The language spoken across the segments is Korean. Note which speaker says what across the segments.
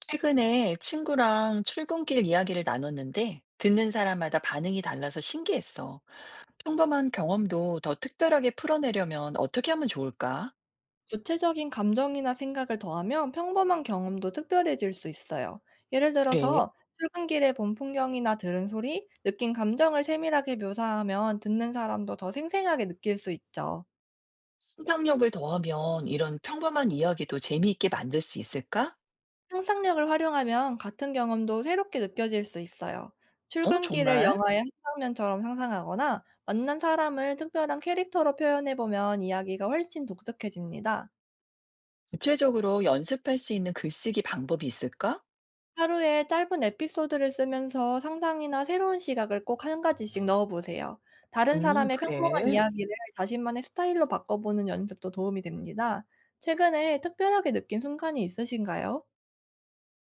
Speaker 1: 최근에 친구랑 출근길 이야기를 나눴는데 듣는 사람마다 반응이 달라서 신기했어. 평범한 경험도 더 특별하게 풀어내려면 어떻게 하면 좋을까?
Speaker 2: 구체적인 감정이나 생각을 더하면 평범한 경험도 특별해질 수 있어요. 예를
Speaker 1: 그래.
Speaker 2: 들어서 출근길에 본 풍경이나 들은 소리, 느낀 감정을 세밀하게 묘사하면 듣는 사람도 더 생생하게 느낄 수 있죠.
Speaker 1: 상상력을 더하면 이런 평범한 이야기도 재미있게 만들 수 있을까?
Speaker 2: 상상력을 활용하면 같은 경험도 새롭게 느껴질 수 있어요.
Speaker 1: 어,
Speaker 2: 출근길을
Speaker 1: 정말?
Speaker 2: 영화의 한 장면처럼 상상하거나 만난 사람을 특별한 캐릭터로 표현해보면 이야기가 훨씬 독특해집니다.
Speaker 1: 구체적으로 연습할 수 있는 글쓰기 방법이 있을까?
Speaker 2: 하루에 짧은 에피소드를 쓰면서 상상이나 새로운 시각을 꼭 한 가지씩 넣어 보세요. 다른 사람의 평범한
Speaker 1: 그래.
Speaker 2: 이야기를 자신만의 스타일로 바꿔보는 연습도 도움이 됩니다. 최근에 특별하게 느낀 순간이 있으신가요?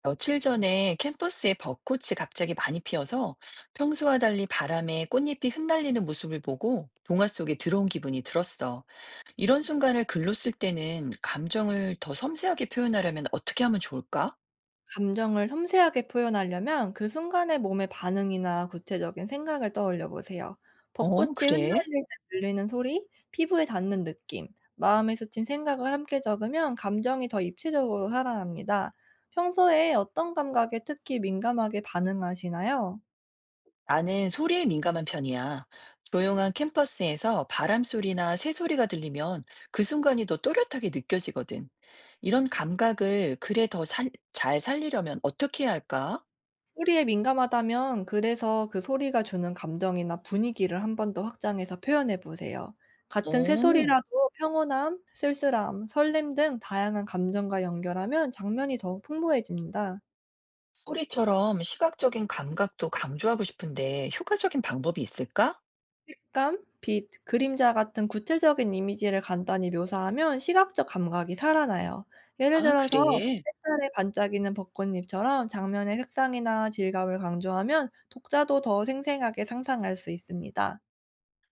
Speaker 1: 며칠 전에 캠퍼스에 벚꽃이 갑자기 많이 피어서 평소와 달리 바람에 꽃잎이 흩날리는 모습을 보고 동화 속에 들어온 기분이 들었어. 이런 순간을 글로 쓸 때는 감정을 더 섬세하게 표현하려면 어떻게 하면 좋을까?
Speaker 2: 감정을 섬세하게 표현하려면 그 순간의 몸의 반응이나 구체적인 생각을 떠올려 보세요. 벚꽃이
Speaker 1: 어,
Speaker 2: 흩날릴
Speaker 1: 그래?
Speaker 2: 때 들리는 소리, 피부에 닿는 느낌, 마음에 스친 생각을 함께 적으면 감정이 더 입체적으로 살아납니다. 평소에 어떤 감각에 특히 민감하게 반응하시나요?
Speaker 1: 나는 소리에 민감한 편이야. 조용한 캠퍼스에서 바람 소리나 새 소리가 들리면 그 순간이 더 또렷하게 느껴지거든. 이런 감각을 글에 더 잘 살리려면 어떻게 해야 할까?
Speaker 2: 소리에 민감하다면 그래서 그 소리가 주는 감정이나 분위기를 한 번 더 확장해서 표현해 보세요. 같은
Speaker 1: 어.
Speaker 2: 새소리라도 평온함, 쓸쓸함, 설렘 등 다양한 감정과 연결하면 장면이 더욱 풍부해집니다.
Speaker 1: 소리처럼 시각적인 감각도 강조하고 싶은데 효과적인 방법이 있을까?
Speaker 2: 감, 빛, 그림자 같은 구체적인 이미지를 간단히 묘사하면 시각적 감각이 살아나요. 예를
Speaker 1: 아,
Speaker 2: 들어서
Speaker 1: 그래.
Speaker 2: 햇살에 반짝이는 벚꽃잎처럼 장면의 색상이나 질감을 강조하면 독자도 더 생생하게 상상할 수 있습니다.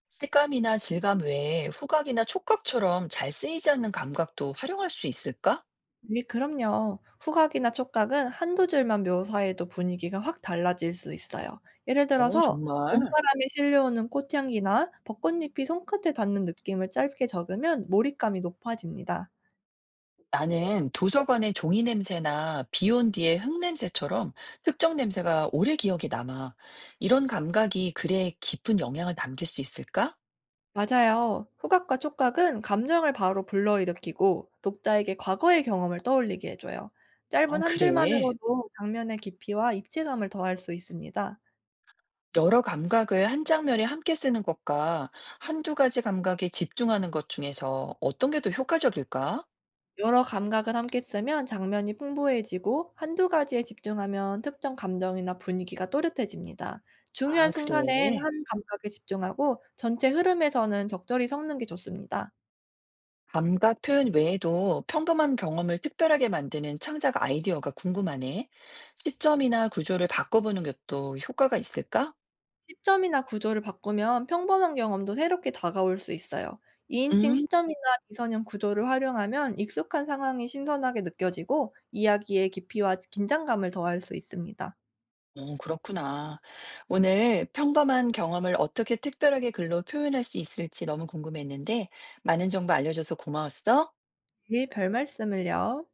Speaker 1: 색감이나 질감 외에 후각이나 촉각처럼 잘 쓰이지 않는 감각도 활용할 수 있을까?
Speaker 2: 네 그럼요. 후각이나 촉각은 한두 줄만 묘사해도 분위기가 확 달라질 수 있어요. 예를
Speaker 1: 어,
Speaker 2: 들어서
Speaker 1: 정말.
Speaker 2: 봄바람이 실려오는 꽃향기나 벚꽃잎이 손끝에 닿는 느낌을 짧게 적으면 몰입감이 높아집니다.
Speaker 1: 나는 도서관의 종이 냄새나 비온 뒤의 흙 냄새처럼 특정 냄새가 오래 기억에 남아. 이런 감각이 글에 깊은 영향을 남길 수 있을까?
Speaker 2: 맞아요. 후각과 촉각은 감정을 바로 불러일으키고 독자에게 과거의 경험을 떠올리게 해줘요. 짧은
Speaker 1: 어,
Speaker 2: 한
Speaker 1: 그래.
Speaker 2: 줄만으로도 장면의 깊이와 입체감을 더할 수 있습니다.
Speaker 1: 여러 감각을 한 장면에 함께 쓰는 것과 한두 가지 감각에 집중하는 것 중에서 어떤 게 더 효과적일까?
Speaker 2: 여러 감각을 함께 쓰면 장면이 풍부해지고 한두 가지에 집중하면 특정 감정이나 분위기가 또렷해집니다. 중요한
Speaker 1: 아,
Speaker 2: 순간엔
Speaker 1: 그래.
Speaker 2: 한 감각에 집중하고 전체 흐름에서는 적절히 섞는 게 좋습니다.
Speaker 1: 감각 표현 외에도 평범한 경험을 특별하게 만드는 창작 아이디어가 궁금하네. 시점이나 구조를 바꿔보는 것도 효과가 있을까?
Speaker 2: 시점이나 구조를 바꾸면 평범한 경험도 새롭게 다가올 수 있어요. 2인칭
Speaker 1: 음,
Speaker 2: 시점이나 미선형 구조를 활용하면 익숙한 상황이 신선하게 느껴지고 이야기의 깊이와 긴장감을 더할 수 있습니다.
Speaker 1: 어, 그렇구나. 오늘 평범한 경험을 어떻게 특별하게 글로 표현할 수 있을지 너무 궁금했는데, 많은 정보 알려줘서 고마웠어.
Speaker 2: 네, 별말씀을요.